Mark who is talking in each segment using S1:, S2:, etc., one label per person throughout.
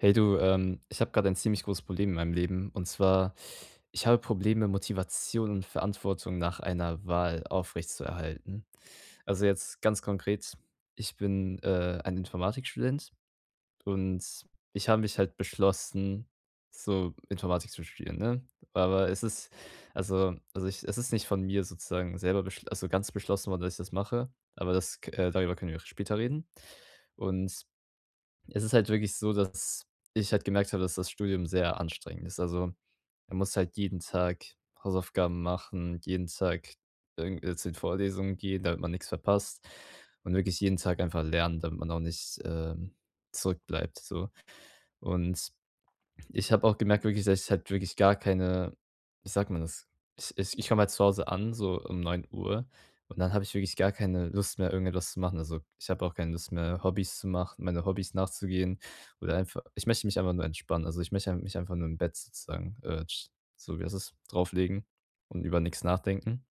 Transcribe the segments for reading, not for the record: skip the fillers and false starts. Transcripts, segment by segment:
S1: Hey du, ich habe gerade ein ziemlich großes Problem in meinem Leben. Und zwar, ich habe Probleme, Motivation und Verantwortung nach einer Wahl aufrechtzuerhalten. Also jetzt ganz konkret, ich bin ein Informatikstudent und ich habe mich halt beschlossen, so Informatik zu studieren, ne? Aber es ist, also, es ist nicht von mir sozusagen selber beschl also ganz beschlossen worden, dass ich das mache. Aber das, darüber können wir später reden. Und es ist halt wirklich so, dass ich halt gemerkt habe, dass das Studium sehr anstrengend ist. Also, man muss halt jeden Tag Hausaufgaben machen, jeden Tag irgend zu den Vorlesungen gehen, damit man nichts verpasst und wirklich jeden Tag einfach lernen, damit man auch nicht, zurückbleibt so. Und ich habe auch gemerkt wirklich, dass ich halt wirklich gar keine wie sagt man das? Ich komme halt zu Hause an, so um 9 Uhr, und dann habe ich wirklich gar keine Lust mehr, irgendetwas zu machen. Also, ich habe auch keine Lust mehr, Hobbys zu machen meine Hobbys nachzugehen oder einfach ich möchte mich einfach nur entspannen. Also, ich möchte mich einfach nur im Bett sozusagen, tsch so wie heißt das, ist, drauflegen und über nichts nachdenken.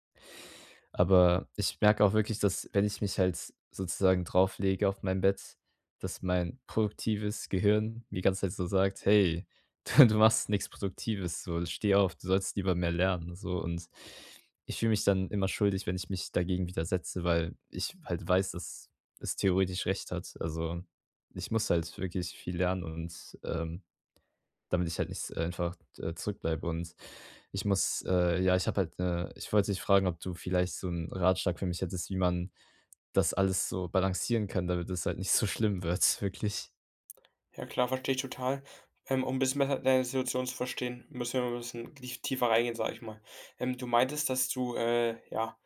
S1: Aber ich merke auch wirklich, dass wenn ich mich halt sozusagen drauflege auf mein Bett, dass mein produktives Gehirn mir die ganze Zeit so sagt: „Hey, du machst nichts Produktives, so, steh auf, du sollst lieber mehr lernen“, so. Und ich fühle mich dann immer schuldig, wenn ich mich dagegen widersetze, weil ich halt weiß, dass es theoretisch recht hat. Also, ich muss halt wirklich viel lernen und, damit ich halt nicht einfach, zurückbleibe und ich muss ja, ich habe halt 'ne ich wollte dich fragen, ob du vielleicht so 'n Ratschlag für mich hättest, wie man das alles so balancieren kann, damit es halt nicht so schlimm wird, wirklich.
S2: Ja, klar, verstehe ich total. Um 'n bisschen besser deine Situation zu verstehen, müssen wir mal 'n bisschen tiefer reingehen, sage ich mal. Du meintest, dass du,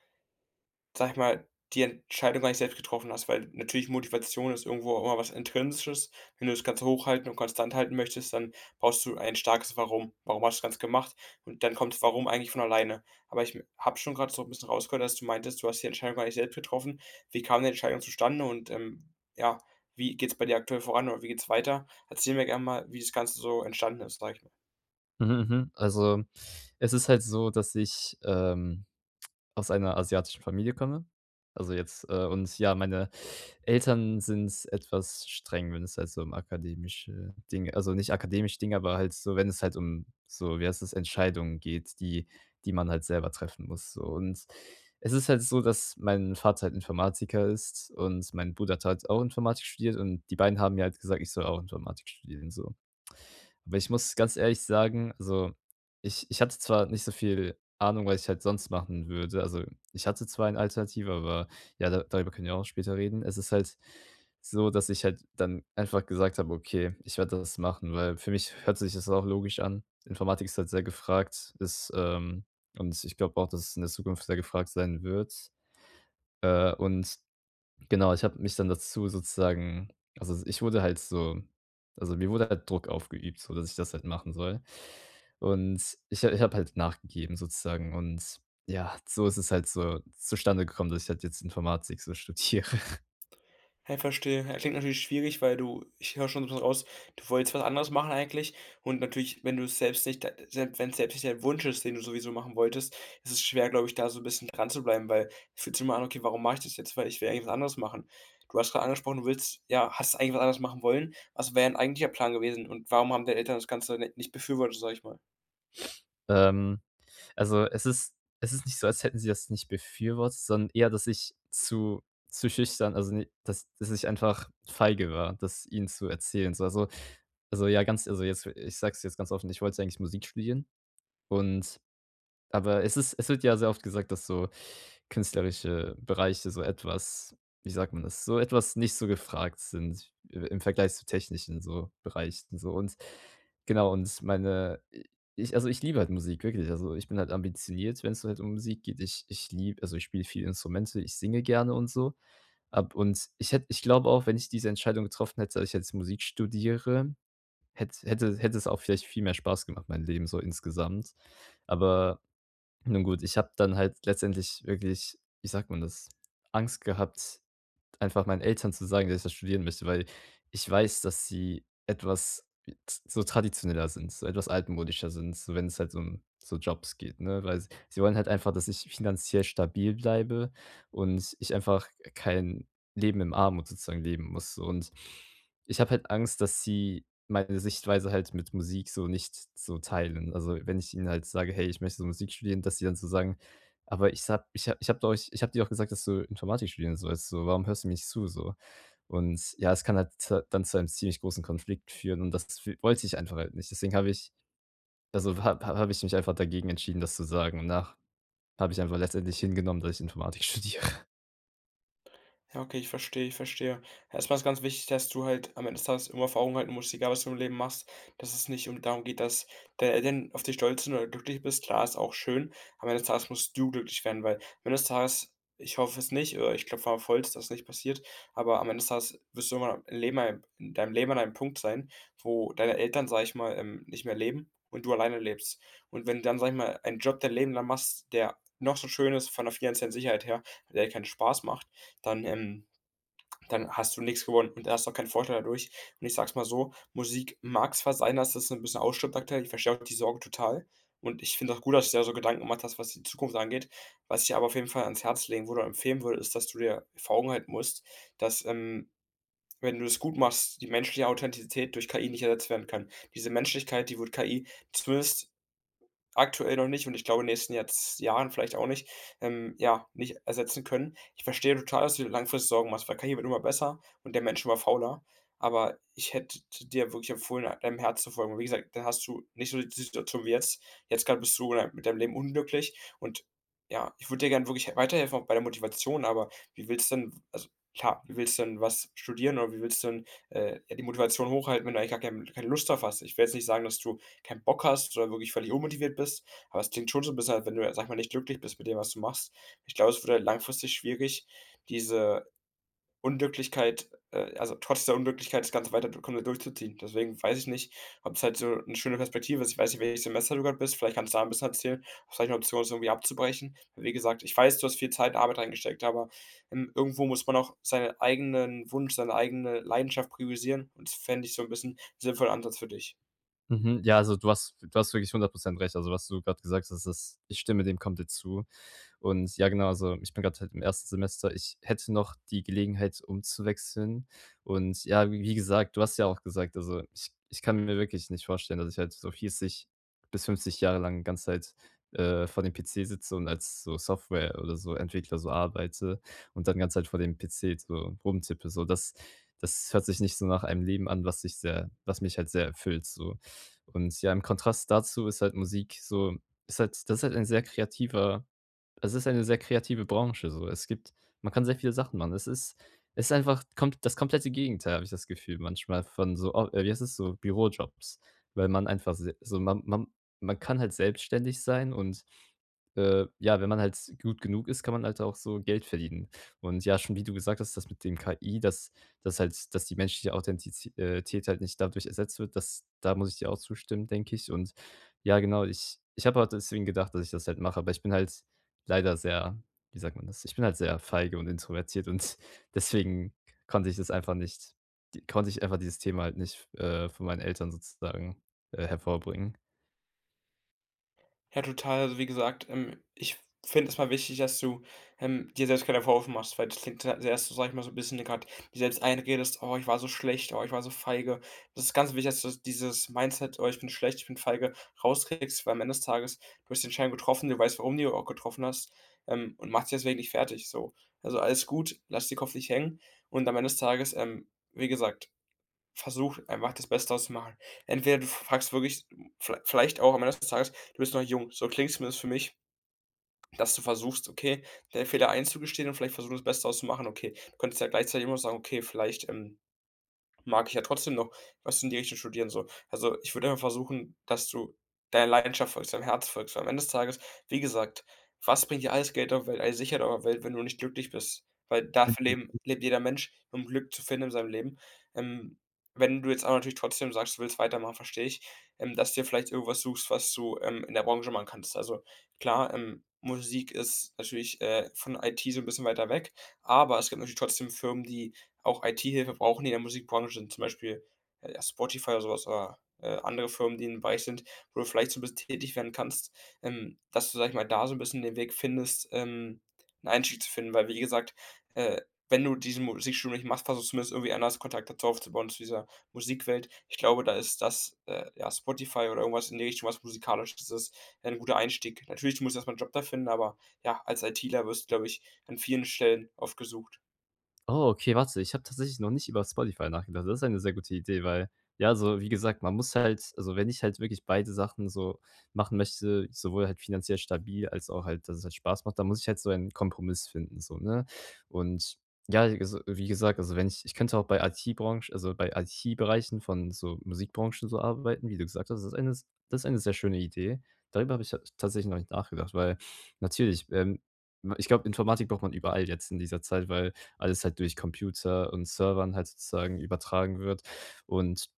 S2: sage ich mal, die Entscheidung gar nicht selbst getroffen hast, weil natürlich Motivation ist irgendwo auch immer was Intrinsisches. Wenn du das Ganze hochhalten und konstant halten möchtest, dann brauchst du ein starkes Warum. Warum hast du das Ganze gemacht? Und dann kommt das Warum eigentlich von alleine. Aber ich m habe schon gerade so ein bisschen rausgehört, dass du meintest, du hast die Entscheidung gar nicht selbst getroffen. Wie kam die Entscheidung zustande und, ja, wie geht's bei dir aktuell voran oder wie geht's weiter? Erzähl mir gerne mal, wie das Ganze so entstanden ist, sage ich.
S1: Mhm, mhm. Also, es ist halt so, dass ich, aus einer asiatischen Familie komme. Also jetzt und ja, meine Eltern sind etwas streng, wenn es halt so um akademische Dinge also nicht akademische Dinge, aber halt so, wenn es halt um so, wie heißt das, Entscheidungen geht, die man halt selber treffen muss, so. Und es ist halt so, dass mein Vater halt Informatiker ist und mein Bruder hat halt auch Informatik studiert und die beiden haben mir halt gesagt, ich soll auch Informatik studieren, so. Aber ich muss ganz ehrlich sagen, also, ich hatte zwar nicht so viel Ahnung, was ich halt sonst machen würde. Also, ich hatte zwar eine Alternative, aber ja, da darüber können wir auch später reden. Es ist halt so, dass ich halt dann einfach gesagt habe: „Okay, ich werde das machen“, weil für mich hört sich das auch logisch an. Informatik ist halt sehr gefragt, und ich glaube auch, dass es in der Zukunft sehr gefragt sein wird. Äh, und Genau, ich habe mich dann dazu sozusagen also, ich wurde halt so also, mir wurde halt Druck aufgeübt, so dass ich das halt machen soll. Und ich habe halt nachgegeben sozusagen und ja, so ist es halt so zustande gekommen, dass ich halt jetzt Informatik so studiere.
S2: Ja, ich verstehe. Ja, klingt natürlich schwierig, weil du, ich höre schon so 'n raus, du wolltest was anderes machen eigentlich, und natürlich, wenn du es selbst, wenn's selbst nicht dein Wunsch ist, den du sowieso machen wolltest, ist es schwer, glaube ich, da so ein bisschen dran zu bleiben, weil es fühlt sich immer an: „Okay, warum mache ich das jetzt? Weil ich will eigentlich was anderes machen.“ Du hast gerade angesprochen, du willst ja, hast eigentlich was anderes machen wollen. Was wäre 'n eigentlicher Plan gewesen und warum haben deine Eltern das Ganze ni nicht befürwortet, sag ich mal?
S1: Ähm, also, es ist nicht so, als hätten sie das nicht befürwortet, sondern eher, dass ich zu schüchtern also, ne dass ich einfach feige war, das ihnen zu erzählen. So, also, ja, ganz also, jetzt ich sage es jetzt ganz offen, ich wollte eigentlich Musik studieren und. Aber es ist es wird ja sehr oft gesagt, dass so künstlerische Bereiche so etwas wie sagt man das, so etwas nicht so gefragt sind i im Vergleich zu technischen so Bereichen so und genau und meine ich also, ich liebe halt Musik, wirklich. Also, ich bin halt ambitioniert, wenn's halt um Musik geht. Ich liebe also, ich spiele viele Instrumente, ich singe gerne und so. Ab und ich glaube auch, wenn ich diese Entscheidung getroffen hätte, dass ich jetzt Musik studiere, hätte es auch vielleicht viel mehr Spaß gemacht, mein Leben so insgesamt. Aber nun gut, ich habe dann halt letztendlich wirklich, wie sagt man das, Angst gehabt, einfach meinen Eltern zu sagen, dass ich das studieren möchte, weil ich weiß, dass sie etwas so traditioneller sind, so etwas altmodischer sind, so wenn es halt um so Jobs geht, ne? Weil s sie wollen halt einfach, dass ich finanziell stabil bleibe und ich einfach kein Leben im Armut sozusagen leben muss. So. Und ich habe halt Angst, dass sie meine Sichtweise halt mit Musik so nicht so teilen. Also, wenn ich ihnen halt sage: „Hey, ich möchte so Musik studieren“, dass sie dann so sagen: aber ich habe dir doch gesagt, dass du Informatik studieren sollst, so. Warum hörst du mir nicht zu, so? Und ja, es kann halt z dann zu einem ziemlich großen Konflikt führen und das w wollte ich einfach halt nicht. Deswegen habe ich also, ha ha habe hab hab ich mich einfach dagegen entschieden, das zu sagen und nach habe ich einfach letztendlich hingenommen, dass ich Informatik studiere.
S2: Ja, okay, ich verstehe, ich verstehe. Ja, erstmal ist ganz wichtig, dass du halt am Ende des Tages immer vor Augen halten musst, egal was du im Leben machst, dass es nicht um darum geht, dass deine Eltern auf dich stolz sind oder glücklich bist. Klar, ist auch schön. Am Ende des Tages musst du glücklich werden, weil am Ende des Tages, ich hoffe es nicht, oder ich klopfe auf Holz, dass es nicht passiert, aber am Ende des Tages wirst du immer im Leben, in deinem Leben an einem Punkt sein, wo deine Eltern, sag ich mal, nicht mehr leben und du alleine lebst. Und wenn du dann, sag ich mal, einen Job dein Leben lang machst, der noch so schön ist von der finanziellen Sicherheit her, der dir keinen Spaß macht, dann, ähm dann hast du nichts gewonnen und hast auch keinen Vorteil dadurch. Und ich sag's mal so, Musik mag zwar sein, dass das ein bisschen ausstirbt aktuell, ich verstehe auch die Sorge total und ich finde auch gut, dass du dir so Gedanken gemacht hast, was die Zukunft angeht. Was ich dir aber auf jeden Fall ans Herz legen würde oder empfehlen würde, ist, dass du dir vor Augen halten musst, dass, ähm, wenn du es gut machst, die menschliche Authentizität durch KI nicht ersetzt werden kann. Diese Menschlichkeit, die wird KI zumindest aktuell noch nicht und ich glaube, in den nächsten Jahrz Jahren vielleicht auch nicht, ja, nicht ersetzen können. Ich verstehe total, dass du dir langfristig Sorgen machst, weil KI wird immer besser und der Mensch immer fauler. Aber ich hätte dir wirklich empfohlen, deinem Herz zu folgen. Und wie gesagt, dann hast du nicht so die Situation wie jetzt. Jetzt gerade bist du in mit deinem Leben unglücklich und ja, ich würde dir gerne wirklich weiterhelfen, auch bei der Motivation, aber wie willst du denn, also klar, wie willst du denn was studieren oder wie willst du denn ja, die Motivation hochhalten, wenn du eigentlich gar kein keine Lust drauf hast? Ich will jetzt nicht sagen, dass du keinen Bock hast oder wirklich völlig unmotiviert bist. Aber es klingt schon so ein bisschen, als wenn du, sag ich mal, nicht glücklich bist mit dem, was du machst. Ich glaube, es wird halt langfristig schwierig, diese Unglücklichkeit also trotz der Unglücklichkeit das Ganze weiter du komplett durchzuziehen. Deswegen weiß ich nicht, ob es halt so eine schöne Perspektive ist. Ich weiß nicht, welches Semester du gerade bist. Vielleicht kannst du da ein bisschen erzählen, ob's vielleicht 'ne Option ist, irgendwie abzubrechen. Wie gesagt, ich weiß, du hast viel Zeit und Arbeit reingesteckt, aber irgendwo muss man auch seinen eigenen Wunsch, seine eigene Leidenschaft priorisieren und das fände ich so ein bisschen einen sinnvollen Ansatz für dich.
S1: Mhm. Ja, also du hast wirklich 100% recht. Also, was du gerade gesagt hast, das ich stimme dem komplett zu. Und ja, genau, also ich bin gerade halt im ersten Semester. Ich hätte noch die Gelegenheit umzuwechseln. Und ja, wie gesagt, du hast ja auch gesagt, also ich kann mir wirklich nicht vorstellen, dass ich halt so 40 bis 50 Jahre lang die ganze Zeit, vor dem PC sitze und als so Software oder so Entwickler so arbeite und dann die ganze Zeit vor dem PC so rumtippe. So, das hört sich nicht so nach einem Leben an, was mich halt sehr erfüllt so. Und ja, im Kontrast dazu ist halt Musik so ist halt ein sehr kreativer es ist eine sehr kreative Branche so. Es gibt man kann sehr viele Sachen machen. Es ist einfach komp das komplette Gegenteil, habe ich das Gefühl manchmal von so o wie heißt es, so Bürojobs, weil man einfach se so man man man kann halt selbstständig sein und, ja, wenn man halt gut genug ist, kann man halt auch so Geld verdienen. Und ja, schon wie du gesagt hast, das mit dem KI, dass die menschliche Authentizi tät halt nicht dadurch ersetzt wird, das da muss ich dir auch zustimmen, denke ich. Und ja, genau, ich habe halt deswegen gedacht, dass ich das halt mache, aber ich bin halt leider sehr wie sagt man das? Ich bin halt sehr feige und introvertiert und deswegen konnte ich das einfach nicht die konnte ich einfach dieses Thema halt nicht, von meinen Eltern sozusagen, hervorbringen.
S2: Ja, total. Also, wie gesagt, ich finde es mal wichtig, dass du dir selbst keine Vorwürfe machst, weil das klingt ja zuerst so, sage ich mal, so ein bisschen gerade dir selbst einredest: „Oh, ich war so schlecht. Oh, ich war so feige.“ Das ist ganz wichtig, dass du dieses Mindset: „Oh, ich bin schlecht, ich bin feige.“ rauskriegst, weil am Ende des Tages, du hast den Schein getroffen, du weißt, warum du die auch getroffen hast, und machst dich deswegen nicht fertig so. Also, alles gut, lass den Kopf nicht hängen und am Ende des Tages, wie gesagt, versuch einfach das Beste draus zu machen. Entweder du fragst wirklich vielleicht auch am Ende des Tages: „Du bist noch jung.“ So klingt es zumindest für mich, dass du versuchst, okay, deine Fehler einzugestehen und vielleicht versuchen, das Beste draus zu machen. Okay, du könntest ja gleichzeitig immer noch sagen: „Okay, vielleicht“ mag ich ja trotzdem noch was du in die Richtung studieren so. Also, ich würde immer versuchen, dass du deiner Leidenschaft folgst, deinem Herz folgst, weil am Ende des Tages, wie gesagt, was bringt dir alles Geld auf der Welt, alles Sicherheit auf der Welt, wenn du nicht glücklich bist? Weil dafür leben lebt jeder Mensch, um Glück zu finden in seinem Leben. Ähm, Wenn du jetzt auch natürlich trotzdem sagst, du willst weitermachen, verstehe ich, dass du dir vielleicht irgendwas suchst, was du, in der Branche machen kannst. Also, klar, Musik ist natürlich von IT so ein bisschen weiter weg, aber es gibt natürlich trotzdem Firmen, die auch IT-Hilfe brauchen, die in der Musikbranche sind, zum Beispiel, ja, Spotify oder so oder andere Firmen, die in dem Bereich sind, wo du vielleicht so ein bisschen tätig werden kannst, dass du, sag ich mal, da so ein bisschen den Weg findest, 'n Einstieg zu finden. Weil wie gesagt, äh, wenn du diesen Musikstudium nicht machst, versuchst du zumindest irgendwie anders Kontakt dazu aufzubauen, zu dieser Musikwelt. Ich glaube, da ist das, ja, Spotify oder irgendwas in die Richtung, was Musikalisches ist, ist ein guter Einstieg. Natürlich musst du erst mal Job da finden, aber ja, als ITler wirst du, glaube ich, an vielen Stellen oft gesucht.
S1: Oh, okay, warte, ich habe tatsächlich noch nicht über Spotify nachgedacht. Das ist eine sehr gute Idee, weil ja, so wie gesagt, man muss halt also, wenn ich halt wirklich beide Sachen so machen möchte, sowohl halt finanziell stabil als auch halt, dass es halt Spaß macht, dann muss ich halt so einen Kompromiss finden so, ne? Und ja, also, wie gesagt, also, wenn ich ich könnte auch bei IT-Branche also, bei IT-Bereichen von so Musikbranchen so arbeiten, wie du gesagt hast. Das ist eine sehr schöne Idee. Darüber habe ich ta tatsächlich noch nicht nachgedacht, weil natürlich, ich glaube, Informatik braucht man überall jetzt in dieser Zeit, weil alles halt durch Computer und Servern halt sozusagen übertragen wird. Und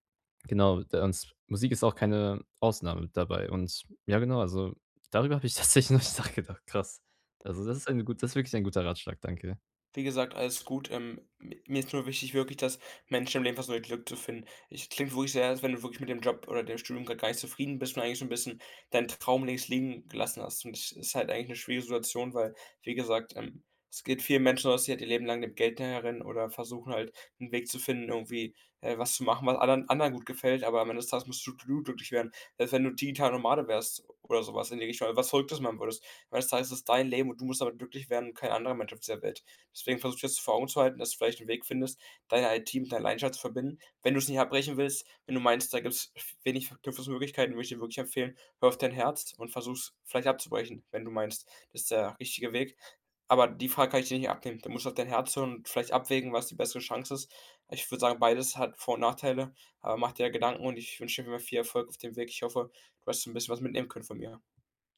S1: genau, da uns Musik ist auch keine Ausnahme dabei. Und ja, genau, also darüber habe ich tatsächlich noch nicht nachgedacht. Krass. Also, das ist wirklich ein guter Ratschlag, danke.
S2: Wie gesagt, alles gut. Mi Mir ist nur wichtig wirklich, dass Menschen im Leben versuchen, ihr Glück zu finden. Ich klingt wirklich sehr, als wenn du wirklich mit dem Job oder dem Studium gerade gar nicht zufrieden bist und eigentlich so ein bisschen deinen Traum links liegen gelassen hast. Und das ist halt eigentlich eine schwierige Situation, weil, wie gesagt, es geht vielen Menschen so, dass sie halt ihr Leben lang dem Geld hinterherrennen oder versuchen halt einen Weg zu finden, irgendwie, was zu machen, was anderen gut gefällt, aber am Ende des Tages musst du glücklich werden. Selbst wenn du digital Nomade wärst oder sowas in die Richtung, oder was Verrücktes machen würdest. Am Ende des Tages ist es dein Leben und du musst damit glücklich werden und kein anderer Mensch auf dieser Welt. Deswegen versuche ich das vor Augen zu halten, dass du vielleicht einen Weg findest, deine IT mit deiner Leidenschaft zu verbinden. Wenn du es nicht abbrechen willst, wenn du meinst, da gibt es wenig Verknüpfungsmöglichkeiten, würde ich dir wirklich empfehlen, hör auf dein Herz und versuch es vielleicht abzubrechen, wenn du meinst, das ist der richtige Weg. Aber die Frage kann ich dir nicht abnehmen. Du musst auf dein Herz hören und vielleicht abwägen, was die bessere Chance ist. Ich würde sagen, beides hat Vor und Nachteile, aber mach dir Gedanken und ich wünsche dir viel Erfolg auf dem Weg. Ich hoffe, du hast so 'n bisschen was mitnehmen können von mir.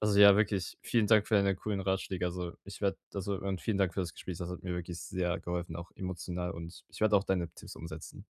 S1: Also, ja, wirklich vielen Dank für deine coolen Ratschläge. Also, ich werde also, und vielen Dank für das Gespräch. Das hat mir wirklich sehr geholfen, auch emotional und ich werde auch deine Tipps umsetzen.